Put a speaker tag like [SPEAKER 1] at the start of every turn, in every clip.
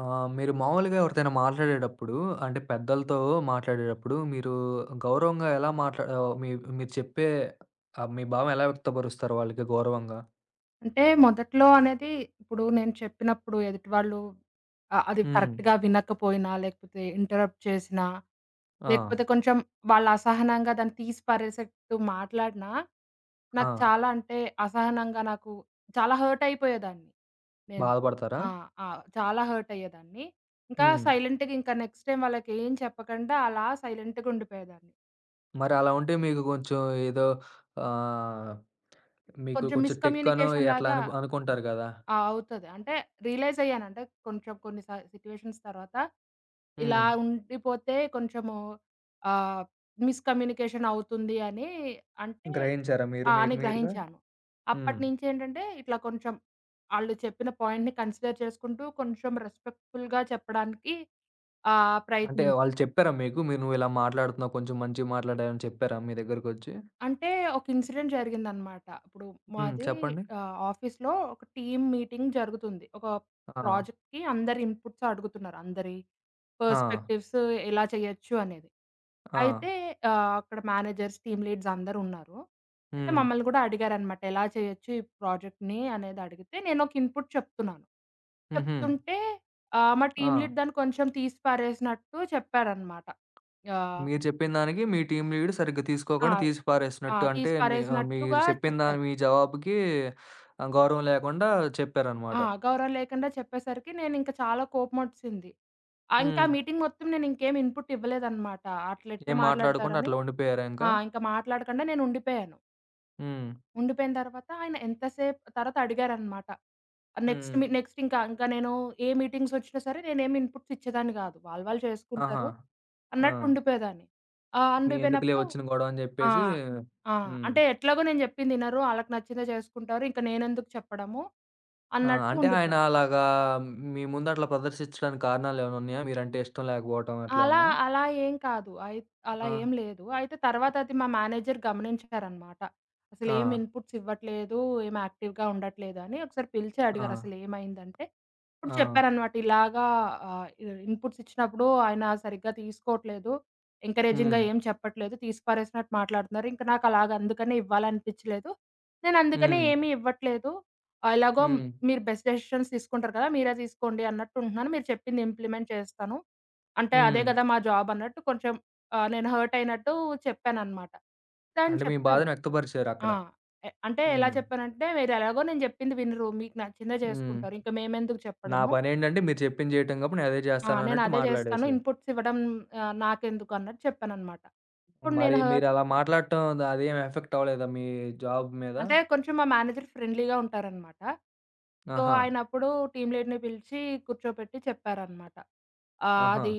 [SPEAKER 1] ఆ! మీరు మామూలుగా ఎవరితోనా మాట్లాడేటప్పుడు అంటే పెద్దలతో మాట్లాడేటప్పుడు మీరు గౌరవంగా ఎలా మీరు చెప్పే మీ భావం ఎలా వ్యక్తపరుస్తారు వాళ్ళకి గౌరవంగా?
[SPEAKER 2] అంటే మొదట్లో అనేది ఇప్పుడు నేను చెప్పినప్పుడు ఎదుటి వాళ్ళు అది
[SPEAKER 1] హ్మ్.
[SPEAKER 2] కరెక్ట్‌గా వినకపోయినా, లేకపోతే ఇంటరప్ట్ చేసినా,
[SPEAKER 1] ఆ!
[SPEAKER 2] లేకపోతే కొంచెం వాళ్ళు అసహనంగా దాన్ని తీసి పారేసేట్టు మాట్లాడినా,
[SPEAKER 1] ఆ!
[SPEAKER 2] నాకు చాలా అంటే అసహనంగా నాకు చాలా హర్ట్ అయిపోయేదాన్ని నేను.
[SPEAKER 1] బాధపడతారా?
[SPEAKER 2] ఆ! ఆ! చాలా హర్ట్ అయ్యేదాన్ని. ఇంకా
[SPEAKER 1] హ్మ్.
[SPEAKER 2] సైలెంట్‌గా ఇంకా నెక్స్ట్ టైమ్ వాళ్ళకి ఏం చెప్పకుండా అలా సైలెంట్‌గా ఉండిపోయేదాన్ని.
[SPEAKER 1] మరి అలా ఉంటే ఏదో ఆహ్, మీకు
[SPEAKER 2] కొంచెం
[SPEAKER 1] కొంచెం టెక్కనో
[SPEAKER 2] మిస్‌కమ్యూనికేషన్
[SPEAKER 1] ఎట్లా
[SPEAKER 2] లాగా
[SPEAKER 1] అనుకుంటారు కదా!
[SPEAKER 2] ఆ! అవుతది. అంటే రియలైజ్ అయ్యాను. అంటే కొంచెం కొన్ని సిట్యుయేషన్స్ తర్వాత ఇలా
[SPEAKER 1] హ్మ్.
[SPEAKER 2] ఉండిపోతే కొంచెము ఆహ్, మిస్‌కమ్యూనికేషన్ అవుతుంది అని అంటే
[SPEAKER 1] గ్రహించారా
[SPEAKER 2] ఆ!
[SPEAKER 1] మీరు మీకు
[SPEAKER 2] అని
[SPEAKER 1] మీరుగా?
[SPEAKER 2] గ్రహించాను.
[SPEAKER 1] హ్మ్.
[SPEAKER 2] అప్పటినుంచేంటంటే ఇట్లా కొంచెం ఆళ్ళు చెప్పిన పాయింట్‌ని కన్సిడర్ చేసుకుంటూ కొంచెం రెస్పెక్ట్‌ఫుల్‌గా చెప్పడానికి
[SPEAKER 1] అంటే
[SPEAKER 2] ప్రయత్నించా.
[SPEAKER 1] వాళ్ళు చెప్పారా మీకు? నువ్వు ఇలా మాట్లాడుతున్నావు కొంచెం మంచిగా మాట్లాడావని చెప్పారా మీ దగ్గరకొచ్చి?
[SPEAKER 2] అంటే ఒక ఇన్సిడెంట్ జరిగిందనమాట. ఇప్పుడు
[SPEAKER 1] హ్మ్.
[SPEAKER 2] మాది
[SPEAKER 1] చెప్పండి.
[SPEAKER 2] ఆఫీస్‌లో ఒక టీమ్ మీటింగ్ జరుగుతుంది. ఒక
[SPEAKER 1] ఆ!
[SPEAKER 2] ప్రాజెక్ట్‌కి అందరి ఇన్‌పుట్స్ అడుగుతున్నారు. అందరి
[SPEAKER 1] ఆ!
[SPEAKER 2] పర్స్‌పెక్టివ్స్ ఎలా చేయొచ్చు అనేది.
[SPEAKER 1] ఆ!
[SPEAKER 2] అయితే అక్కడ మేనేజర్స్, టీమ్ లీడ్స్ అందరున్నారు. అయితే
[SPEAKER 1] హ్మ్.
[SPEAKER 2] మమ్మల్ని గూడా అడిగారనమాట. ఎలా చేయొచ్చు ఈ ప్రాజెక్ట్‌ని అనేది అడిగితే నేను ఒక ఇన్‌పుట్ చెప్తున్నాను.
[SPEAKER 1] హుహు.
[SPEAKER 2] చెప్తుంటే మా టీమ్
[SPEAKER 1] ఆ!
[SPEAKER 2] లీడ్ దాన్ని కొంచెం తీసి పారేసినట్టు చెప్పారనమాట. ఆహ్,
[SPEAKER 1] మీరు చెప్పిన దానికి మీ టీమ్ లీడ్ సరిగ్గా
[SPEAKER 2] ఆ!
[SPEAKER 1] తీసుకోకుండా తీసి
[SPEAKER 2] ఆ!
[SPEAKER 1] పారేసినట్టు అంటే
[SPEAKER 2] తీసి
[SPEAKER 1] మీరు
[SPEAKER 2] పారేసినట్టుగా
[SPEAKER 1] చెప్పిన దాని
[SPEAKER 2] చెప్పారు.
[SPEAKER 1] మీ జవాబుకి గౌరవం లేకుండా చెప్పారనమాట.
[SPEAKER 2] ఆ! గౌరవం లేకుండా చెప్పేసరికి నేనింక చాలా కోపమొచ్చేసింది. ఇంకా
[SPEAKER 1] హ్మ్.
[SPEAKER 2] మీటింగ్ మొత్తం నేనింకేం ఇన్‌పుట్ ఇవ్వలేదనమాట. అట్లెట్లా
[SPEAKER 1] ఏం మాట్లాడకుండా
[SPEAKER 2] మాట్లాడతారని
[SPEAKER 1] అట్లా ఉండిపోయారా ఇంకా?
[SPEAKER 2] ఆ! ఇంక మాట్లాడకుండా నేనుండిపోయాను.
[SPEAKER 1] హ్మ్.
[SPEAKER 2] ఉండిపోయిన తర్వాత ఆయన ఎంతసేపు తర్వాత అడిగారనమాట.
[SPEAKER 1] హ్మ్.
[SPEAKER 2] నెక్స్ట్ ఇంకా ఇంకా నేను ఏ మీటింగ్సొచ్చినా సరే నేనేమి ఇన్‌పుట్స్ ఇచ్చేదాన్ని గాదు. వాళ్ళు వాళ్ళు
[SPEAKER 1] ఆహా!
[SPEAKER 2] చేసుకుంటారు
[SPEAKER 1] ఆ!
[SPEAKER 2] అన్నట్టు ఉండిపోయేదాన్ని.
[SPEAKER 1] మీ ఎందుకులే
[SPEAKER 2] ఉండిపోయినప్పుడు
[SPEAKER 1] వచ్చిన గొడవ అని
[SPEAKER 2] ఆ!
[SPEAKER 1] చెప్పేసి
[SPEAKER 2] ఆ!
[SPEAKER 1] హ్మ్.
[SPEAKER 2] అంటే ఎట్లాగో నేను జెప్పిందినరు, ఆళ్ళకి నచ్చిందే చేసుకుంటారు. ఇంక నేనెందుకు చెప్పడము
[SPEAKER 1] ఆ!
[SPEAKER 2] అన్నట్టు
[SPEAKER 1] అంటే ఆయన
[SPEAKER 2] ఉండిపోయాను.
[SPEAKER 1] అలాగా మీ ముందు అట్లా ప్రదర్శించడానికి కారణాలేమైనా ఉన్నాయా? మీరంటే ఇష్టం లేకపోవటం అట్లా
[SPEAKER 2] అలా
[SPEAKER 1] ఏమన్నా?
[SPEAKER 2] అలా ఏం కాదు. అలా
[SPEAKER 1] ఆ!
[SPEAKER 2] ఏం లేదు. అయితే తర్వాత అది మా మేనేజర్ గమనించారనమాట.
[SPEAKER 1] ఆ!
[SPEAKER 2] అసలేం ఇన్‌పుట్స్ ఇవ్వట్లేదు, ఏం యాక్టివ్‌గా ఉండట్లేదు అని ఒకసారి పిలిచి
[SPEAKER 1] ఆ!
[SPEAKER 2] అడిగారు అసలేమైందంటే, అప్పుడు
[SPEAKER 1] ఆ!
[SPEAKER 2] చెప్పారనమాట. ఇలాగా ఆహ్, ఇ ఇన్‌పుట్స్ ఇచ్చినప్పుడు ఆయన సరిగ్గా తీసుకోవట్లేదు. ఎంకరేజింగ్‌గా
[SPEAKER 1] హ్మ్.
[SPEAKER 2] ఏం చెప్పట్లేదు. తీసి పారేసినట్టు మాట్లాడుతున్నారు. ఇంక నాకు అలాగ అందుకనే ఇవ్వాలనిపించలేదు. నేను అందుకనే
[SPEAKER 1] హ్మ్.
[SPEAKER 2] ఏమీ ఇవ్వట్లేదు. ఎలాగో
[SPEAKER 1] హ్మ్.
[SPEAKER 2] మీరు బెస్ట్ డెసిషన్స్ తీసుకుంటారు కదా! మీరే తీసుకోండి అన్నట్టు ఉంటున్నాను. మీరు చెప్పింది ఇంప్లిమెంట్ చేస్తాను. అంటే అదే
[SPEAKER 1] హ్మ్.
[SPEAKER 2] గదా! మా జాబ్ అన్నట్టు కొంచెం నేను హర్ట్ అయినట్టు చెప్పానన్నమాట. తను
[SPEAKER 1] అంటే మీ
[SPEAKER 2] చెప్పారు.
[SPEAKER 1] బాధను వ్యక్తపరిచారక్కడ.
[SPEAKER 2] ఆ! అంటే ఎలా
[SPEAKER 1] హ్మ్.
[SPEAKER 2] చెప్పానంటే, "మీరెలాగో నేను చెప్పింది వినరు. మీకు నచ్చిందే
[SPEAKER 1] హ్మ్.
[SPEAKER 2] చేసుకుంటారు. ఇంక మేమెందుకు
[SPEAKER 1] నా
[SPEAKER 2] చెప్పడము.
[SPEAKER 1] పనేంటంటే మీరు చెప్పింది చేయటం కాబట్టి నేనదే
[SPEAKER 2] ఆ!
[SPEAKER 1] చేస్తానన్నట్టు
[SPEAKER 2] నేనదే జేస్తాను.
[SPEAKER 1] మాట్లాడేసారు.
[SPEAKER 2] ఇన్‌పుట్స్ ఇవ్వడం నాకెందుకు" అన్నట్టు చెప్పానన్నమాట. ఇప్పుడు
[SPEAKER 1] మరి
[SPEAKER 2] నేను హర్ట్
[SPEAKER 1] మీరలా మాట్లాడటం అదేం ఎఫెక్ట్ అవ్వలేదా మీ జాబ్ మీద?
[SPEAKER 2] అంటే కొంచెం మా మేనేజర్ ఫ్రెండ్లీగా ఉంటారనమాట. సో,
[SPEAKER 1] ఆహా!
[SPEAKER 2] ఆయనప్పుడు టీమ్ లీడ్‌ని పిలిచి కూర్చోపెట్టి చెప్పారనమాట.
[SPEAKER 1] ఆహా!
[SPEAKER 2] అది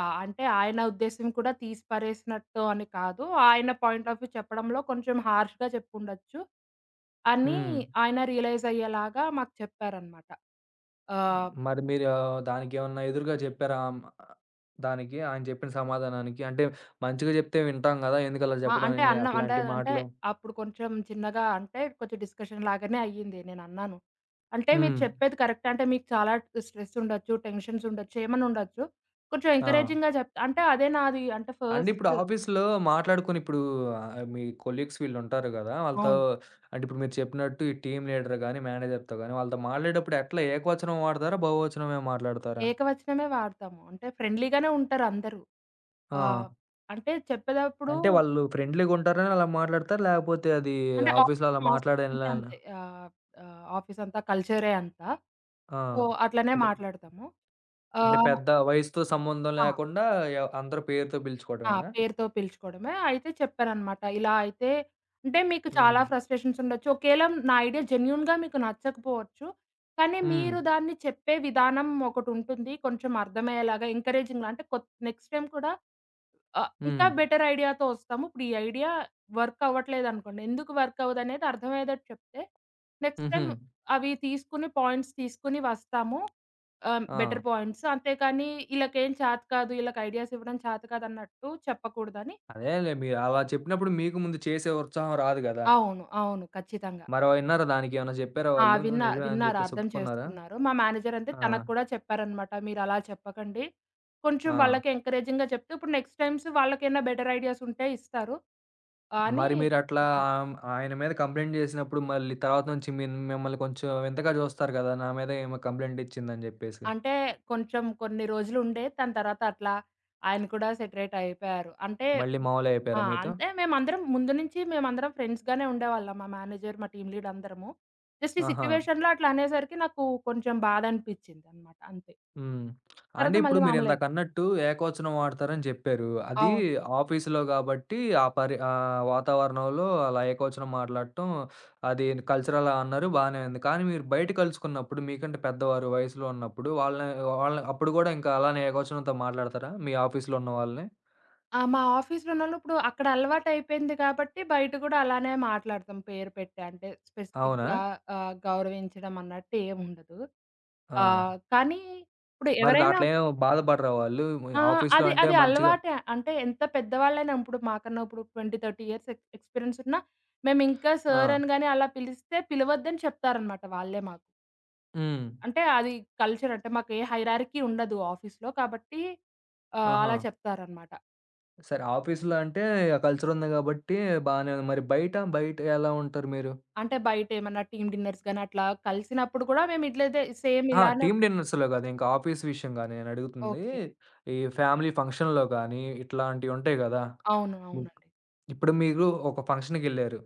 [SPEAKER 2] అంటే ఆయన ఉద్దేశ్యం కూడా తీసి పరేసినట్టు అని కాదు. ఆయన పాయింట్ ఆఫ్ వ్యూ చెప్పడంలో కొంచెం హార్ష్‌గా చెప్పుండొచ్చు అని
[SPEAKER 1] హ్మ్.
[SPEAKER 2] ఆయన రియలైజ్ అయ్యేలాగా మాకు చెప్పారనమాట. ఆహ్
[SPEAKER 1] మరి మీరు దానికేమన్నా ఎదురుగా చెప్పారా? దానికి ఆయన చెప్పిన సమాధానానికి? అంటే మంచిగా చెప్తే వింటాం గదా! ఎందుకలా
[SPEAKER 2] ఆ!
[SPEAKER 1] చెప్పడం
[SPEAKER 2] అంటే
[SPEAKER 1] అని అట్లాంటి
[SPEAKER 2] అంటే
[SPEAKER 1] మాటలు?
[SPEAKER 2] అప్పుడు కొంచెం చిన్నగా అంటే కొంచెం డిస్కషన్ లాగానే అయ్యింది. నేనన్నాను. అంటే మీరు
[SPEAKER 1] హ్మ్.
[SPEAKER 2] చెప్పేది కరెక్టే. అంటే మీకు చాలా స్ట్రెస్ ఉండొచ్చు, టెన్షన్స్ ఉండొచ్చు, ఏమన్నా ఉండొచ్చు. కొంచెం
[SPEAKER 1] ఆ!
[SPEAKER 2] ఎంకరేజింగ్‌గా చెప్తా అంటే అదే నాది అంటే
[SPEAKER 1] అంటే ఇప్పుడు
[SPEAKER 2] ఫస్ట్
[SPEAKER 1] ఆఫీస్‌లో మాట్లాడుకొని ఇప్పుడు మీ కొలీగ్స్ వీళ్ళుంటారు గదా! వాళ్ళతో
[SPEAKER 2] అవును.
[SPEAKER 1] అంటే ఇప్పుడు మీరు చెప్పినట్టు ఈ టీమ్ లీడర్ గాని, మేనేజర్‌తో గాని వాళ్ళతో మాట్లాడేటప్పుడు ఎట్లా ఏకవచనం వాడతారా? బహువచనమే మాట్లాడతారా?
[SPEAKER 2] ఏకవచనమే వాడతాము. అంటే ఫ్రెండ్లీగానే ఉంటారు అందరూ. ఆహ్,
[SPEAKER 1] ఆ!
[SPEAKER 2] అంటే చెప్పేటప్పుడు
[SPEAKER 1] అంటే వాళ్ళు ఫ్రెండ్లీగా ఉంటారని అలా మాట్లాడతారా? లేకపోతే అది
[SPEAKER 2] అంటే
[SPEAKER 1] ఆఫీస్‌లో అలా
[SPEAKER 2] ఆఫీస్, ఆఫీస్ అంతా
[SPEAKER 1] మాట్లాడేలానా?
[SPEAKER 2] అంతే. ఆహ్, ఆహ్, ఆఫీస్ అంతా కల్చరే అంతా.
[SPEAKER 1] ఆ!
[SPEAKER 2] సో, అట్లనే
[SPEAKER 1] అంటే,
[SPEAKER 2] మాట్లాడతాము.
[SPEAKER 1] అంటే
[SPEAKER 2] ఆహ్
[SPEAKER 1] పెద్ద వయసుతో సంబంధం
[SPEAKER 2] ఆ!
[SPEAKER 1] లేకుండా అందరి పేరుతో
[SPEAKER 2] ఆ!
[SPEAKER 1] పిలుచుకోవడమేనా?
[SPEAKER 2] పేరుతో పిలుచుకోవడమే. అయితే చెప్పారనమాట. ఇలా అయితే అంటే మీకు చాలా
[SPEAKER 1] హ్మ్.
[SPEAKER 2] ఫ్రస్ట్రేషన్స్ ఉండొచ్చు. ఒకేళ నా ఐడియా జెన్యూన్‌గా మీకు నచ్చకపోవచ్చు. కానీ
[SPEAKER 1] హ్మ్.
[SPEAKER 2] మీరు దాన్ని చెప్పే విధానం ఒకటుంటుంది. కొంచెం అర్థమయ్యేలాగా ఎంకరేజింగ్‌లా అంటే నెక్స్ట్ టైమ్ కూడా ఆ! ఇంకా
[SPEAKER 1] హ్మ్.
[SPEAKER 2] బెటర్ ఐడియాతో వస్తాము. ఇప్పుడు ఈ ఐడియా వర్క్ అవ్వట్లేదనుకోండి. ఎందుకు వర్క్ అవ్వదనేది అర్థమయ్యేటట్టు చెప్తే, నెక్స్ట్
[SPEAKER 1] హుహు.
[SPEAKER 2] టైమ్ అవి తీసుకొని పాయింట్స్ తీసుకొని వస్తాము. బెటర్
[SPEAKER 1] ఆ!
[SPEAKER 2] పాయింట్స్. అంతేకాని ఈళ్ళకేం చేత కాదు, ఈళ్ళకి ఐడియాస్ ఇవ్వడం చేత కాదన్నట్టు చెప్పకూడదని
[SPEAKER 1] అదేలే మీరు అలా చెప్పినప్పుడు మీకు ముందు చేసే ఉత్సాహం రాదు గదా!
[SPEAKER 2] అవును. అవును. ఖచ్చితంగా.
[SPEAKER 1] మరో విన్నారా దానికేమన్నా జెప్పారా
[SPEAKER 2] ఆ!
[SPEAKER 1] వాళ్ళు? "నువ్వు నిజమే" అని
[SPEAKER 2] విన్నారు.
[SPEAKER 1] జెప్పేసి
[SPEAKER 2] అర్థం
[SPEAKER 1] ఒప్పుకున్నారా?
[SPEAKER 2] చేసుకున్నారు. మా మేనేజర్ అంతే
[SPEAKER 1] ఆ!
[SPEAKER 2] తనకు కూడా చెప్పారనమాట. మీరలా చెప్పకండి. కొంచెం
[SPEAKER 1] ఆ!
[SPEAKER 2] వాళ్ళకి ఎంకరేజింగ్‌గా చెప్తే, ఇప్పుడు నెక్స్ట్ టైమ్స్ వాళ్ళకైనా బెటర్ ఐడియాస్ ఉంటే ఇస్తారు. అని
[SPEAKER 1] మరి మీరట్లా
[SPEAKER 2] చెప్పారు.
[SPEAKER 1] ఆయన మీద కంప్లెయింట్ జేసినప్పుడు మళ్ళీ తర్వాత నుంచి మిమ్మల్ని కొంచెం వింతగా జూస్తారు గదా! నా మీద ఈమె కంప్లెయింట్ ఇచ్చిందని జెప్పేసి.
[SPEAKER 2] అంటే కొంచెం కొన్ని రోజులుండే. దాని తర్వాత అట్లా ఆయన కూడా సెటరేట్ అయిపోయారు. అంటే
[SPEAKER 1] మళ్ళీ
[SPEAKER 2] ఆ!
[SPEAKER 1] మామూలయిపోయారా మీతో?
[SPEAKER 2] అంటే మేమందరం ముందు నుంచి మేమందరం ఫ్రెండ్స్‌గానే ఉండేవాళ్ళం. మా మేనేజర్, మా టీమ్ లీడ్ అందరము. జస్ట్ ఈ
[SPEAKER 1] ఆహా!
[SPEAKER 2] సిట్యుయేషన్‌లో అట్లా అనేసరికి నాకు కొంచెం బాధనిపిచ్చిందనమాట అంతే.
[SPEAKER 1] హ్మ్. అంటే
[SPEAKER 2] తర్వాత
[SPEAKER 1] ఇప్పుడు
[SPEAKER 2] మళ్ళీ మామూలయిపోయింది.
[SPEAKER 1] మీరిందాకన్నట్టు ఏకవచనం వాడతారని చెప్పారు. అది
[SPEAKER 2] అవును.
[SPEAKER 1] ఆఫీసులో గాబట్టి ఆ వాతావరణంలో అలా ఏకవచనం మాట్లాడటం అది కల్చరల్ అన్నారు బానే ఉంది. కానీ మీరు బయట కలుసుకున్నప్పుడు మీకంటే పెద్దవారు వయసులో ఉన్నప్పుడు వాళ్ళని వాళ్ళని అప్పుడు గూడా ఇంకా అలానే ఏకవచనంతో మాట్లాడతారా? మీ ఆఫీసులో ఉన్న వాళ్ళని?
[SPEAKER 2] ఆ! మా ఆఫీస్‌లోనోళ్ళు ఇప్పుడు అక్కడ అలవాటయిపోయింది కాబట్టి బయట గూడా అలానే మాట్లాడతాం పేరు పెట్టి. అంటే
[SPEAKER 1] అవునా?
[SPEAKER 2] స్పెసిఫిక్‌గా గౌరవించడం అన్నట్టు ఏముండదు.
[SPEAKER 1] ఆ!
[SPEAKER 2] కానీ ఇప్పుడు
[SPEAKER 1] మరి
[SPEAKER 2] ఎవరైనా
[SPEAKER 1] దాంట్లో ఏం బాధపడరా వాళ్ళు?
[SPEAKER 2] ఆ!
[SPEAKER 1] ఆఫీసులో
[SPEAKER 2] అది
[SPEAKER 1] అంటే
[SPEAKER 2] అది
[SPEAKER 1] మంచిగా
[SPEAKER 2] అలవాటే. అంటే ఎంత పెద్దవాళ్ళైనా ఇప్పుడు మాకన్నా ఇప్పుడు 20, 30 ఇయర్స్ ఎక్స్‌పీరియన్స్ ఉన్నా మేమింకా సార్
[SPEAKER 1] ఆ!
[SPEAKER 2] అనగానే అలా పిలిస్తే పిలవద్దని చెప్తారనమాట వాళ్ళే మాకు.
[SPEAKER 1] హ్మ్.
[SPEAKER 2] అంటే అది కల్చర్ అంటే మాకు ఏ హైరార్కీ ఉండదు ఆఫీస్‌లో కాబట్టి
[SPEAKER 1] ఆహా!
[SPEAKER 2] అలా చెప్తారనమాట.
[SPEAKER 1] సరే. ఆఫీస్‌లో అంటే ఆ కల్చర్ ఉంది గాబట్టి బానే ఉంది. మరి బయట, బయట ఎలా ఉంటారు మీరు?
[SPEAKER 2] అంటే బయట ఏమన్నా టీమ్ డిన్నర్స్ గాని అట్లా కలిసినప్పుడు కూడా మేము ఇట్లయితే సేమ్
[SPEAKER 1] అహా!
[SPEAKER 2] ఇలానే
[SPEAKER 1] టీమ్ డిన్నర్స్‌లో గాదు. ఇంకా ఆఫీస్ విషయంగా నేనడుగుతుంది.
[SPEAKER 2] ఓకే.
[SPEAKER 1] ఈ ఫ్యామిలీ ఫంక్షన్‌లో గానీ, ఇట్లాంటియుంటాయి గదా!
[SPEAKER 2] అవును.
[SPEAKER 1] హ్మ్.
[SPEAKER 2] అవునండి.
[SPEAKER 1] ఇప్పుడు మీరు ఒక ఫంక్షన్‌కెళ్లారు.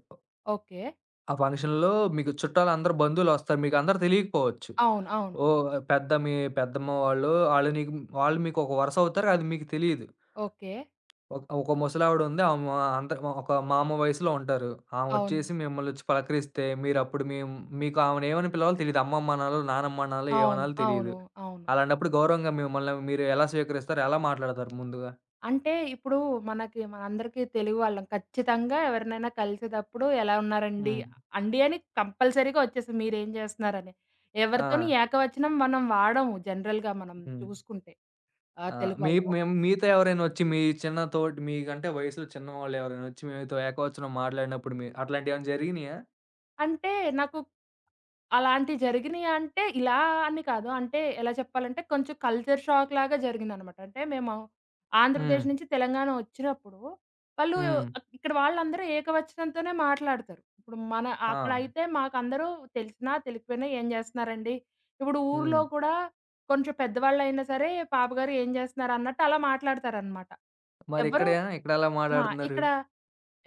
[SPEAKER 2] ఓకే.
[SPEAKER 1] ఆ ఫంక్షన్‌లో మీకు చుట్టాలందరూ బంధువులొస్తారు. మీకందరూ తెలీకపోవచ్చు.
[SPEAKER 2] అవును. అవును.
[SPEAKER 1] ఓహ్! మీ పెద్దమ్మ వాళ్ళు, ఆళ్ళు నీకు వాళ్ళు మీకొక వరుసవుతారు. అది మీకు తెలీదు.
[SPEAKER 2] ఓకే.
[SPEAKER 1] ఒక ఒక ముసలావిడ ఉంది. అంత ఒక మా అమ్మ వయసులో ఉంటారు.
[SPEAKER 2] అవును.
[SPEAKER 1] ఆమొచ్చేసి మిమ్మల్నొచ్చి పలకరిస్తే మీరప్పుడు మేము మీకు ఆమెనేమని పిలవాలో తెలీదు. అమ్మమ్మ అనాలో, నానమ్మ అనాలో,
[SPEAKER 2] అవును.
[SPEAKER 1] ఏమనాలో తెలీదు.
[SPEAKER 2] అవును. అవును.
[SPEAKER 1] అలాంటప్పుడు గౌరవంగా మిమ్మల్ని మీరు ఎలా స్వీకరిస్తారు? ఎలా మాట్లాడతారు ముందుగా?
[SPEAKER 2] అంటే ఇప్పుడు మనకి మనందరికీ తెలుగు వాళ్ళం. ఖచ్చితంగా ఎవరినైనా కలిసేటప్పుడు ఎలా ఉన్నారండి?
[SPEAKER 1] హ్మ్.
[SPEAKER 2] అండి అని కంపల్సరీగా వచ్చేస్తది మీరేం చేస్తున్నారని. ఎవరితోని
[SPEAKER 1] ఆ!
[SPEAKER 2] ఏకవచనం మనం వాడము జనరల్‌గా మనం
[SPEAKER 1] హ్మ్.
[SPEAKER 2] చూసుకుంటే
[SPEAKER 1] ఆ!
[SPEAKER 2] తెలుగు
[SPEAKER 1] మీ
[SPEAKER 2] వాళ్ళం.
[SPEAKER 1] మేము మీతో ఎవరైనా వచ్చి మీ చిన్న తోటి మీకంటే వయసులో చిన్నవాళ్ళు ఎవరైనా వచ్చి మీతో ఏకవచనం మాట్లాడినప్పుడు మీ అట్లాంటియేమైనా జరిగినియా?
[SPEAKER 2] అంటే నాకు అలాంటివి జరిగినియి అంటే, ఇలా అని కాదు. అంటే ఎలా చెప్పాలంటే, కొంచెం కల్చర్ షాక్ లాగా జరిగిందనమాట. అంటే మేము
[SPEAKER 1] హ్మ్.
[SPEAKER 2] ఆంధ్రప్రదేశ్ నుంచి తెలంగాణ వచ్చినప్పుడు, వాళ్ళు
[SPEAKER 1] హ్మ్.
[SPEAKER 2] ఇక్కడ వాళ్ళందరూ ఏకవచనంతోనే మాట్లాడతారు. ఇప్పుడు మన
[SPEAKER 1] ఆ!
[SPEAKER 2] అక్కడైతే మాకందరూ తెలిసినా, తెలియకపోయినా "ఏం చేస్తున్నారండి?" ఇప్పుడు
[SPEAKER 1] హ్మ్.
[SPEAKER 2] ఊర్లో కూడా కొంచెం పెద్దవాళ్ళైనా సరే, "పాపగారు ఏం చేస్తున్నారు?" అన్నట్టు అలా మాట్లాడతారనమాట. ఎవ్వరు
[SPEAKER 1] మరిక్కడ ఇక్కడ ఎలా
[SPEAKER 2] ఆ!
[SPEAKER 1] మాట్లాడుతున్నారు?
[SPEAKER 2] ఇక్కడ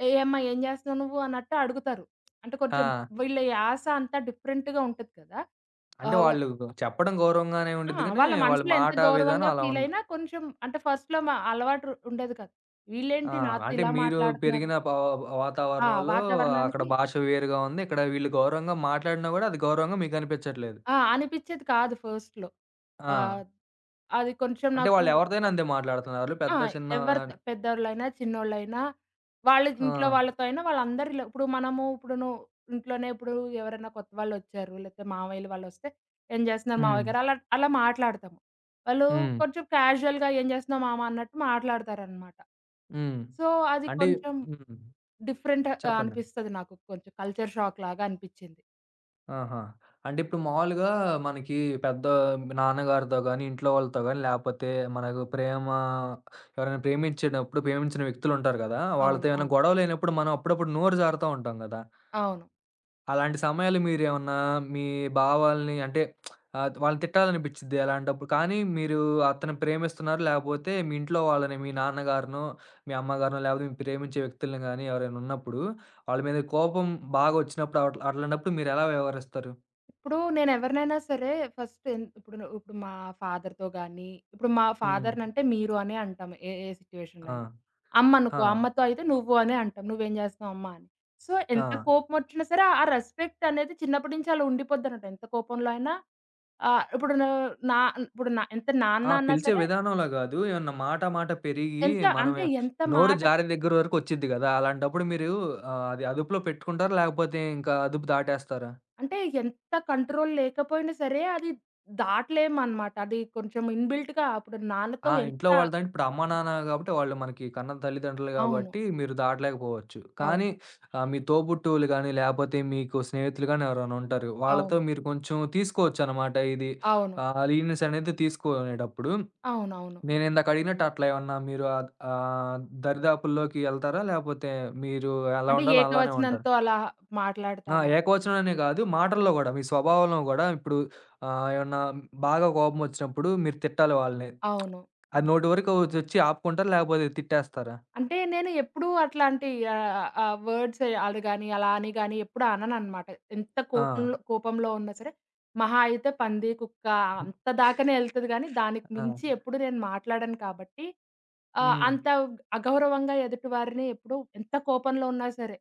[SPEAKER 2] "ఏయమ్మా! ఏం జేస్తున్నావు నువ్వు?" అన్నట్టు అడుగుతారు. అంటే కొంచెం
[SPEAKER 1] ఆ!
[SPEAKER 2] వీళ్ళ యాస అంతా డిఫరెంట్‌గా ఉంటది కదా!
[SPEAKER 1] అంటే
[SPEAKER 2] ఆహ్, వ
[SPEAKER 1] వాళ్ళు చెప్పడం గౌరవంగానే
[SPEAKER 2] ఆ!
[SPEAKER 1] ఉండిద్ది గానీ,
[SPEAKER 2] వాళ్ళ
[SPEAKER 1] వాళ్ళ
[SPEAKER 2] మనసులో ఎంత
[SPEAKER 1] మాట విధానం
[SPEAKER 2] గౌరవంగా
[SPEAKER 1] అలా ఉంది.
[SPEAKER 2] ఫీలయినా కొంచెం అంటే ఫస్ట్‌లో మా అలవాటు ఉండేది కాదు.
[SPEAKER 1] ఆ!
[SPEAKER 2] వీళ్ళేంటి నాతో
[SPEAKER 1] అంటే
[SPEAKER 2] ఇలా
[SPEAKER 1] మీరు
[SPEAKER 2] మాట్లాడుతున్నారు
[SPEAKER 1] పెరిగిన
[SPEAKER 2] ఆ!
[SPEAKER 1] వాతావరణంలో అక్కడ
[SPEAKER 2] వాతావరణానికి
[SPEAKER 1] భాష వేరుగా ఉంది. ఇక్కడ వీళ్ళు గౌరవంగా మాట్లాడినా గూడా, అది గౌరవంగా మీకనిపించట్లేదు.
[SPEAKER 2] ఆ! అనిపిచ్చేది కాదు ఫస్ట్‌లో.
[SPEAKER 1] ఆ!
[SPEAKER 2] ఆహ్, అది కొంచెం
[SPEAKER 1] అంటే
[SPEAKER 2] నాకు
[SPEAKER 1] వాళ్ళు ఎవరితోనైనా అంతే మాట్లాడుతున్నారు.
[SPEAKER 2] ఆ!
[SPEAKER 1] పెద్ద చిన్న
[SPEAKER 2] ఎవరితో
[SPEAKER 1] గాని
[SPEAKER 2] పెద్దోళ్ళైనా, చిన్నోళ్ళైనా, వాళ్ళ
[SPEAKER 1] ఆ!
[SPEAKER 2] ఇంట్లో వాళ్ళతో అయినా వాళ్ళందరి ఇలా ఇప్పుడు మనము ఇప్పుడు నువ్వు ఇంట్లోనే ఇప్పుడు ఎవరైనా కొత్త వాళ్ళొచ్చారు, లేతే మామయ్యలు వాళ్ళొస్తే, "ఏం చేస్తున్నారు
[SPEAKER 1] హ్మ్.
[SPEAKER 2] మావయ్య గారు?" అలా అలా మాట్లాడతాము. వాళ్ళు
[SPEAKER 1] హ్మ్.
[SPEAKER 2] కొంచెం క్యాజుయల్‌గా "ఏం చేస్తున్నావు మామ" అన్నట్టు మాట్లాడతారనమాట.
[SPEAKER 1] హ్మ్.
[SPEAKER 2] సో, అది
[SPEAKER 1] అంటే
[SPEAKER 2] కొంచెం
[SPEAKER 1] హ్మ్.
[SPEAKER 2] డిఫరెంట్
[SPEAKER 1] చెప్పండి.
[SPEAKER 2] అనిపిస్తది నాకు. కొంచెం కల్చర్ షాక్ లాగా అనిపిచ్చింది.
[SPEAKER 1] ఆహా! అంటే ఇప్పుడు మామూలుగా మనకి పెద్ద నాన్నగారితో గాని, ఇంట్లో వాళ్ళతో గాని, లేపోతే మనకు ప్రేమ ఎవరైనా ప్రేమించేటప్పుడు ప్రేమించిన వ్యక్తులుంటారు గదా! వాళ్ళతో
[SPEAKER 2] అవును.
[SPEAKER 1] ఏమైనా
[SPEAKER 2] అవును.
[SPEAKER 1] గొడవలైనప్పుడు మనం అప్పుడప్పుడు నోరు జారుతా ఉంటాం గదా!
[SPEAKER 2] అవును.
[SPEAKER 1] అలాంటి సమయాలు మీరేమన్నా మీ భావాల్ని అంటే వాళ్ళని తిట్టాలనిపిచ్చిద్ది అలాంటప్పుడు. కానీ మీరు అతన్ని ప్రేమిస్తున్నారు లేపోతే మీ ఇంట్లో వాళ్ళని మీ నాన్నగారినో, మీ అమ్మగారినో లేపోతే మీ ప్రేమించే వ్యక్తుల్ని గాని ఎవరైనా ఉన్నప్పుడు వాళ్ళ మీద కోపం బాగొచ్చినప్పుడు అట్లాంటప్పుడు మీరెలా వ్యవహరిస్తారు?
[SPEAKER 2] ఇప్పుడు నేనెవరినైనా సరే ఫస్ట్ ఎన్ ఇప్పుడు ను ఇప్పుడు మా ఫాదర్‌తో గాని, ఇప్పుడు మా
[SPEAKER 1] హ్మ్.
[SPEAKER 2] ఫాదర్‌నంటే మీరు అనే అంటాం. ఏ ఏ సిట్యుయేషన్‌లో
[SPEAKER 1] ఆ!
[SPEAKER 2] అయినా. అమ్మనుకో,
[SPEAKER 1] ఆ!
[SPEAKER 2] అమ్మతో అయితే నువ్వు అనే అంటాం. "నువ్వేం జేస్తున్నావు అమ్మా" అని. సో,
[SPEAKER 1] ఆ!
[SPEAKER 2] ఎంత కోపమొచ్చినా సరే ఆ రెస్పెక్ట్ అనేది చిన్నప్పటి నుంచి అలా ఉండిపోద్దనమాట. ఎంత కోపంలో అయినా ఆహ్, ఇప్పుడు ను నా ఇప్పుడు నా ఎంత నాన్న
[SPEAKER 1] ఆ!
[SPEAKER 2] అన్నా
[SPEAKER 1] పిలిచే
[SPEAKER 2] సరే,
[SPEAKER 1] విధానంలో గాదు. ఏమన్నా మాట మాట పెరిగి
[SPEAKER 2] ఎంత
[SPEAKER 1] మనం
[SPEAKER 2] అంటే
[SPEAKER 1] నోరు జారే దగ్గర వరకు వచ్చిద్ది గదా! అలాంటప్పుడు మీరు అది అదుపులో పెట్టుకుంటారా? లేకపోతే ఇంకా అదుపు దాటేస్తారా?
[SPEAKER 2] అంటే ఎంత కంట్రోల్ లేకపోయినా సరే అది దాటలేమనమాట. అది కొంచెం ఇన్‌బిల్ట్‌గా అప్పుడు
[SPEAKER 1] ఆ!
[SPEAKER 2] నాన్నతో ఎంత
[SPEAKER 1] ఇంట్లో వాళ్ళదంటే ఇప్పుడు అమ్మా, నాన్న గాబట్టి వాళ్ళు మనకి కన్న తల్లిదండ్రులు
[SPEAKER 2] అవును.
[SPEAKER 1] గాబట్టి మీరు దాటలేకపోవచ్చు. కానీ
[SPEAKER 2] అవును.
[SPEAKER 1] మీ తోబుట్టువులు గానీ, లేపోతే మీకు స్నేహితులు గానీ ఎవరైనా ఉంటారు. వాళ్ళతో
[SPEAKER 2] అవును.
[SPEAKER 1] మీరు కొంచెం తీసుకోవచ్చనమాట ఇది.
[SPEAKER 2] అవును.
[SPEAKER 1] లీనియన్స్ అనేది తీసుకోనేటప్పుడు.
[SPEAKER 2] అవునవును.
[SPEAKER 1] నేనిందాక అడిగినట్టు అట్లా ఏమన్నా మీరు దరిదాపుల్లోకి యెళ్తారా? లేపోతే మీరు ఎలా
[SPEAKER 2] అంటే
[SPEAKER 1] ఉండాలో అలానే ఉంటారా?
[SPEAKER 2] ఏకవచనంతో అలా
[SPEAKER 1] ఆ!
[SPEAKER 2] మాట్లాడతారా?
[SPEAKER 1] ఏకవచనంలోనే గాదు, మాటల్లో గూడా మీ స్వభావంలో గూడా ఇప్పుడు ఏమన్నా బాగా కోపమొచ్చినప్పుడు మీరు తిట్టాలి వాళ్ళని.
[SPEAKER 2] అవును.
[SPEAKER 1] అది నోటి వరకు వచ్చి ఆపుకుంటారా? లేకపోతే తిట్టేస్తారా?
[SPEAKER 2] అంటే నేను ఎప్పుడూ అట్లాంటి ఆహ్, ఆహ్, వర్డ్స్ అది గాని, అలా అని గాని ఎప్పుడు అనననమాట. ఎంత
[SPEAKER 1] ఆ!
[SPEAKER 2] కోపంలో కోపంలో ఉన్నా సరే, మహా అయితే పంది, కుక్క
[SPEAKER 1] హ్మ్.
[SPEAKER 2] అంత దాకానే ఎళ్తది గానీ, దానికి మించి
[SPEAKER 1] ఆ!
[SPEAKER 2] ఎప్పుడు నేను మాట్లాడను కాబట్టి,
[SPEAKER 1] హ్మ్.
[SPEAKER 2] అంత అగౌరవంగా ఎదుటి వారిని ఎప్పుడు ఎంత కోపంలో ఉన్నా సరే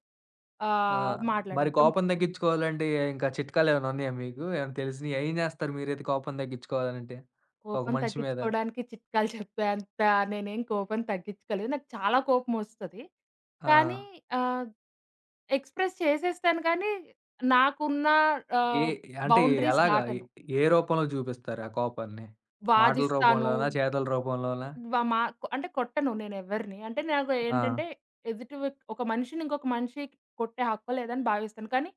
[SPEAKER 1] ఆ!
[SPEAKER 2] మాట్లాడను.
[SPEAKER 1] మరి
[SPEAKER 2] ఇప్పుడు
[SPEAKER 1] కోపం తగ్గించుకోవాలంటే ఇంకా చిట్కాలేమైనా ఉన్నాయా మీకు? ఏమైనా తెలిసినయి? ఏం జేస్తారు మీరైతే కోపం తగ్గించుకోవాలంటే? ఒక
[SPEAKER 2] కోపం
[SPEAKER 1] మనిషి మీద?
[SPEAKER 2] తగ్గించుకోవడానికి చిట్కాలు చెప్పేంత నేనేం కోపం తగ్గించుకోలేదు. నాకు చాలా కోపమొస్తది. కానీ
[SPEAKER 1] ఆ!
[SPEAKER 2] ఆహ్, ఎక్స్‌ప్రెస్ చేసేస్తాను కానీ, నాకున్న
[SPEAKER 1] ఏ
[SPEAKER 2] ఆహ్,
[SPEAKER 1] అంటే
[SPEAKER 2] బౌండరీస్
[SPEAKER 1] ఎలాగా? ఏ
[SPEAKER 2] దాటను.
[SPEAKER 1] ఏ రూపంలో చూపిస్తారు ఆ కోపాన్ని? మాటల
[SPEAKER 2] వాదిస్తాను.
[SPEAKER 1] రూపంలోనా? చేతల రూపంలోనా?
[SPEAKER 2] వ మా అంటే కొట్టను నేనెవరిని. అంటే నాకు
[SPEAKER 1] ఆ!
[SPEAKER 2] ఏంటంటే ఎదుటి వ్యక్ ఒక మనిషిని ఇంకొక మనిషి కొట్టే హక్కు లేదని భావిస్తాను. కానీ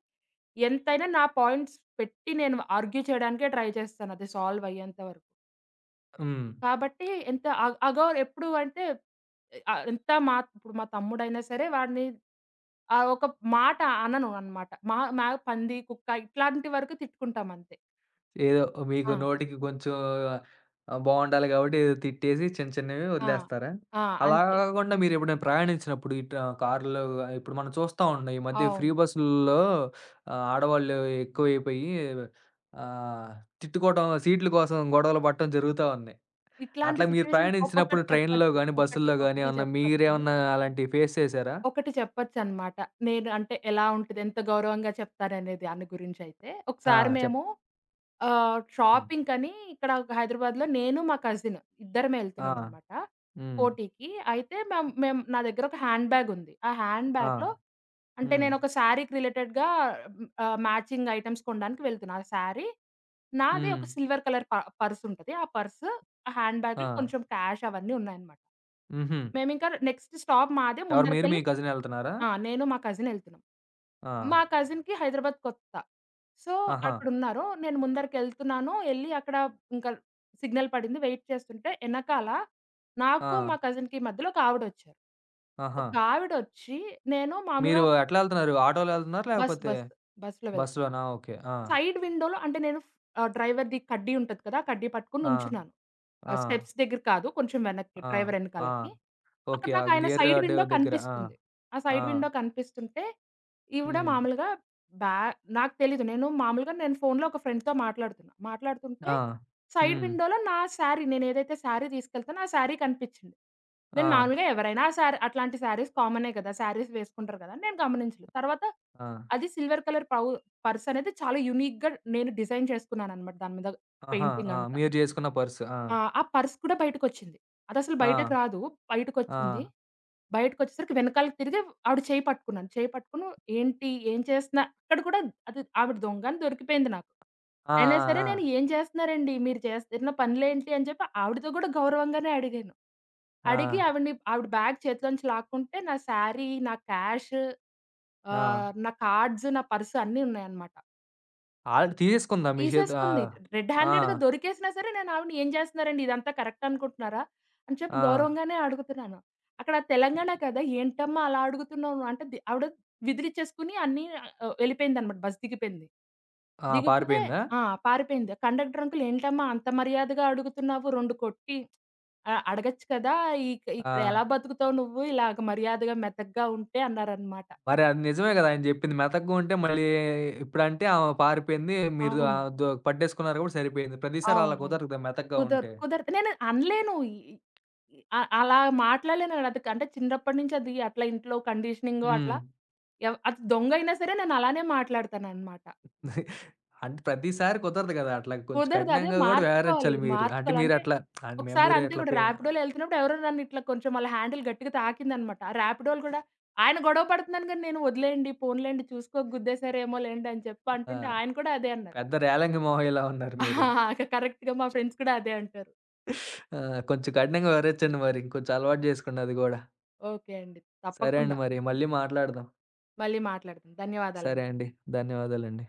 [SPEAKER 2] ఎంతైనా నా పాయింట్స్ పెట్టి నేను ఆర్గ్యూ చేయడానికే ట్రై చేస్తాను. అది సాల్వ్ అయ్యేంత వరకు.
[SPEAKER 1] హ్మ్.
[SPEAKER 2] కాబట్టి ఎంత అ అగౌర్ ఎప్పుడు అంటే ఎంత మా తమ్ముడైనా సరే వాడిని ఒక మాట అనను అన్నమాట. మా మా పంది, కుక్క ఇట్లాంటి వరకు తిట్టుకుంటాం అంతే.
[SPEAKER 1] ఏదో మీకు
[SPEAKER 2] ఆ!
[SPEAKER 1] నోటికి కొంచెం బావుండాలి కాబట్టి ఏదో తిట్టేసి చిన్న చిన్నవి
[SPEAKER 2] ఆ!
[SPEAKER 1] వదిలేస్తారా?
[SPEAKER 2] ఆ!
[SPEAKER 1] అలా
[SPEAKER 2] అంతే.
[SPEAKER 1] కాకుండా మీరెప్పుడైనా ప్రయాణించినప్పుడు ఇటు కారులో ఇప్పుడు మనం చూస్తా ఉన్నాం. ఈ మధ్య ఫ్రీ
[SPEAKER 2] అవును.
[SPEAKER 1] బస్సుల్లో ఆడవాళ్ళు ఎక్కువైపోయి ఆహ్, తిట్టుకోవటం, సీట్ల కోసం గొడవలు పడటం జరుగుతా ఉన్నాయి.
[SPEAKER 2] ఇట్లాంటి
[SPEAKER 1] అట్లా మీరు
[SPEAKER 2] సిట్యుయేషన్
[SPEAKER 1] ప్రయాణించినప్పుడు
[SPEAKER 2] ఒకటి
[SPEAKER 1] ట్రైన్‌లో
[SPEAKER 2] చెప్పొచ్చు.
[SPEAKER 1] గాని,
[SPEAKER 2] ఒకటి,
[SPEAKER 1] బస్సుల్లో గాని
[SPEAKER 2] ఒకటి
[SPEAKER 1] ఏమన్నా
[SPEAKER 2] చెప్పొచ్చు.
[SPEAKER 1] మీరేమన్నా అలాంటివి ఫేస్ చేసారా?
[SPEAKER 2] ఒకటి చెప్పొచ్చన్నమాట. నేను అంటే ఎలా ఉంటది? ఎంత గౌరవంగా చెప్తారనేది దాని గురించైతే.
[SPEAKER 1] ఆ!
[SPEAKER 2] ఒకసారి
[SPEAKER 1] చెప్
[SPEAKER 2] మేము
[SPEAKER 1] హ్మ్.
[SPEAKER 2] షాపింగ్‌కని ఇక్కడ హైదరాబాద్‌లో నేను, మా కజిన్ ఇద్దరమే
[SPEAKER 1] ఆ!
[SPEAKER 2] ఎళ్తున్నామనమాట.
[SPEAKER 1] హ్మ్.
[SPEAKER 2] కోటికి. అయితే మేం మేం నా దగ్గర ఒక హ్యాండ్ బ్యాగుంది. ఆ హ్యాండ్
[SPEAKER 1] ఆ!
[SPEAKER 2] బ్యాగ్‌లో అంటే
[SPEAKER 1] హ్మ్.
[SPEAKER 2] నేనొక శారీకి రిలేటెడ్‌గా మ్యాచింగ్ ఐటెమ్స్ కొనడానికి వెళ్తున్నా. ఆ శారీ నాది
[SPEAKER 1] హ్మ్.
[SPEAKER 2] ఒక సిల్వర్ కలర్ పర్స్ ఉంటది. ఆ పర్స్, ఆ హ్యాండ్
[SPEAKER 1] ఆ!
[SPEAKER 2] బ్యాగ్‌లో కొంచెం క్యాష్ అవన్నీ ఉన్నాయన్నమాట.
[SPEAKER 1] హుహు.
[SPEAKER 2] మేమింకా నెక్స్ట్ స్టాప్ మాదే
[SPEAKER 1] ఎవరు మీరు మీ
[SPEAKER 2] ముందరికెళ్ళి
[SPEAKER 1] కజిన్ ఎళ్తున్నారా?
[SPEAKER 2] ఆ! నేను మా కజిన్ ఎళ్తున్నాం.
[SPEAKER 1] ఆ!
[SPEAKER 2] మా కజిన్‌కి హైదరాబాద్ కొత్త. సో,
[SPEAKER 1] ఆహా!
[SPEAKER 2] అక్కడున్నారు. నేను ముందరికెళ్తున్నాను. ఎళ్లి అక్కడ ఇంకా సిగ్నల్ పడింది. వెయిట్ చేస్తుంటే ఎనకాల నాకు,
[SPEAKER 1] ఆ!
[SPEAKER 2] మా కజిన్‌కి మధ్యలో ఒక ఆవిడొచ్చారు.
[SPEAKER 1] ఆహా!
[SPEAKER 2] ఒక ఆవిడొచ్చి నేను
[SPEAKER 1] మీరు
[SPEAKER 2] మామూలుగా
[SPEAKER 1] ఎట్లా ఎళ్తున్నారు? ఆటోలో ఎళ్తున్నారా?
[SPEAKER 2] బస్,
[SPEAKER 1] లేకపోతే
[SPEAKER 2] బస్. బస్‌లో వెళ్తున్నా.
[SPEAKER 1] బస్‌లోనా? ఓకే. ఆ!
[SPEAKER 2] సైడ్ విండోలో అంటే నేను డ్రైవర్‌ది కడ్డీ ఉంటది కదా! ఆ కడ్డీ పట్టుకొని
[SPEAKER 1] ఆ!
[SPEAKER 2] నుంచున్నాను.
[SPEAKER 1] ఆ!
[SPEAKER 2] స్టెప్స్ దగ్గర కాదు. కొంచెం వెనక్కి
[SPEAKER 1] ఆ!
[SPEAKER 2] డ్రైవర్
[SPEAKER 1] ఆ!
[SPEAKER 2] ఎనకాలకి. అక్కడ
[SPEAKER 1] ఓకే. ఆ
[SPEAKER 2] నాకు ఆయన
[SPEAKER 1] గేర్
[SPEAKER 2] సైడ్
[SPEAKER 1] రోడ్
[SPEAKER 2] విండో
[SPEAKER 1] దగ్గర. ఆ!
[SPEAKER 2] కనిపిస్తుంది. ఆ
[SPEAKER 1] ఆ!
[SPEAKER 2] సైడ్ విండో కనిపిస్తుంటే, ఈవిడ
[SPEAKER 1] హ్మ్.
[SPEAKER 2] మామూలుగా బ్యా నాకు తెలీదు. నేను మామూలుగా నేను ఫోనులో ఒక ఫ్రెండ్‌తో మాట్లాడుతున్నా. మాట్లాడుతుంటే
[SPEAKER 1] ఆ!
[SPEAKER 2] సైడ్
[SPEAKER 1] హ్మ్.
[SPEAKER 2] విండోలో నా శారీ నేనేదైతే శారీ తీసుకెళ్తానో ఆ శారీ కనిపించింది.
[SPEAKER 1] ఆ!
[SPEAKER 2] నేను మామూలుగా ఎవరైనా ఆ శారీ అట్లాంటి శారీస్ కామనే కదా! శారీస్ వేసుకుంటారు కదా! అని నేను గమనించలేదు. తర్వాత
[SPEAKER 1] ఆ!
[SPEAKER 2] అది సిల్వర్ కలర్ పర్సనేది చాలా యూనిక్‌గా నేను డిజైన్ చేసుకున్నాననమాట దాని మీద
[SPEAKER 1] ఆహా! ఆ!
[SPEAKER 2] పెయింటింగంతా.
[SPEAKER 1] మీరు జేసుకున్న పర్స్. ఆ!
[SPEAKER 2] ఆ! ఆ పర్స్ కూడా బయటకొచ్చింది. అదసలు
[SPEAKER 1] ఆ!
[SPEAKER 2] బయటకి రాదు.
[SPEAKER 1] ఆ!
[SPEAKER 2] బయటకొచ్చింది. బయటకొచ్చేసరికి వెనకాలకి తిరిగి ఆవిడ చేయి పట్టుకున్నాను. చేయి పట్టుకొని ఏంటి? ఏం చేస్తున్నా? అక్కడ కూడా అది ఆవిడ దొంగ అని దొరికిపోయింది నాకు.
[SPEAKER 1] ఆ!
[SPEAKER 2] అయినా సరే
[SPEAKER 1] ఆ!
[SPEAKER 2] నేను "ఏం చేస్తున్నారండి? మీరు చేస్తున్న పనులేంటి?" అని చెప్పి ఆవిడతో కూడా గౌరవంగానే అడిగాను.
[SPEAKER 1] ఆ!
[SPEAKER 2] అడిగి
[SPEAKER 1] ఆ!
[SPEAKER 2] ఆవిడని ఆవిడ బ్యాగ్ చేతిలోంచి లాక్కుంటే నా శారీ, నా క్యాష్
[SPEAKER 1] ఆ!
[SPEAKER 2] నా కార్డ్స్, నా పర్స్ అన్నీ ఉన్నాయన్నమాట.
[SPEAKER 1] ఆల్రెడీ తీసేసుకుందా మీ చేతి ఆ!
[SPEAKER 2] తీసేసుకుంది. రెడ్
[SPEAKER 1] ఆ!
[SPEAKER 2] హ్యాండెడ్‌గా దొరికేసినా సరే నేను ఆవిడని "ఏం చేస్తున్నారండి ఇదంతా కరెక్ట్ అనుకుంటున్నారా?" అని చెప్పి
[SPEAKER 1] ఆ!
[SPEAKER 2] గౌరవంగానే అడుగుతున్నాను. అక్కడ తెలంగాణ కదా! "ఏంటమ్మా అలా అడుగుతున్నావు" అంటే ఆవిడ విదిలిచ్చేసుకొని అన్నీ వెళ్ళిపోయిందనమాట. బస్ దిగిపోయింది.
[SPEAKER 1] ఆ!
[SPEAKER 2] దిగిపోతే
[SPEAKER 1] పారిపోయిందా?
[SPEAKER 2] ఆ! పారిపోయింది. కండక్టర్ అంకుల్ "ఏంటమ్మా అంత మర్యాదగా అడుగుతున్నావు 2 కొట్టి అడగొచ్చు కదా!
[SPEAKER 1] ఆ!
[SPEAKER 2] ఇక్కడ ఎలా బతుకుతావు నువ్వు ఇలాగ మర్యాదగా మెతకగా ఉంటే" అన్నారనమాట.
[SPEAKER 1] మరి అది నిజమే గదా! ఆయన జెప్పింది. మెతకగా ఉంటే మళ్ళీ ఇప్పుడంటే ఆమె పారిపోయింది. మీరు
[SPEAKER 2] అవును.
[SPEAKER 1] ఆహ్, దో పట్టేసుకున్నారు కాబట్టి సరిపోయింది. ప్రతిసారి అలా
[SPEAKER 2] అవునవును.
[SPEAKER 1] కుదరదు కదా! మెతకగా ఉంటే.
[SPEAKER 2] కుదరదు. నేను అనలేను. ఈ ఈ అ అలా మాట్లాడలేను. అది అంటే చిన్నప్పటి నుంచి అది అట్లా ఇంట్లో కండిషనింగో
[SPEAKER 1] హ్మ్.
[SPEAKER 2] అట్లా అది దొంగ అయినా సరే నేను అలానే మాట్లాడతాననమాట.
[SPEAKER 1] అంటే ప్రతిసారి కుదరదు గదా! అట్లా కొంచెం
[SPEAKER 2] కుదరదు. అదే
[SPEAKER 1] కఠినంగా గూడా
[SPEAKER 2] మార్చుకోవాలి.
[SPEAKER 1] వ్యవహరించాలి మీరు. అంటే
[SPEAKER 2] మార్చుకోవాలి. అంటే
[SPEAKER 1] మీరట్లా అంటే మేము
[SPEAKER 2] ఒకసారి
[SPEAKER 1] మీరు
[SPEAKER 2] అంతే
[SPEAKER 1] అట్లా
[SPEAKER 2] కూడా
[SPEAKER 1] పె
[SPEAKER 2] ర్యాపిడోలో ఎళ్తున్నప్పుడు ఎవరో నన్ను ఇట్లా కొంచెం వాళ్ళ హ్యాండిల్ గట్టిగా తాకిందనమాట. ఆ ర్యాపిడోలు కూడా ఆయన గొడవ పడుతున్నాను గానీ నేను వదిలేయండి, పోనీలెండి చూసుకోక గుద్దేశారేమో లెండి అని చెప్పి
[SPEAKER 1] ఆ!
[SPEAKER 2] అంటుంటే ఆయన కూడా అదే అన్నారు.
[SPEAKER 1] పెద్ద రేలంగి మొహం ఇలా ఉన్నారు మీరు.
[SPEAKER 2] కరెక్ట్‌గా మా ఫ్రెండ్స్ కూడా అదే అంటారు.
[SPEAKER 1] ఆ! కొంచెం కఠినంగా వివరించండి మరి. ఇంకొంచెం అలవాటు జేసుకోండి అది గూడా.
[SPEAKER 2] ఓకే అండి.
[SPEAKER 1] సరే అండి
[SPEAKER 2] తప్పకుండా
[SPEAKER 1] మరి. మళ్ళీ మాట్లాడదాం.
[SPEAKER 2] మళ్ళీ మాట్లాడదాం.
[SPEAKER 1] సరే
[SPEAKER 2] ధన్యవాదాలండి.
[SPEAKER 1] అండి. ధన్యవాదాలండి.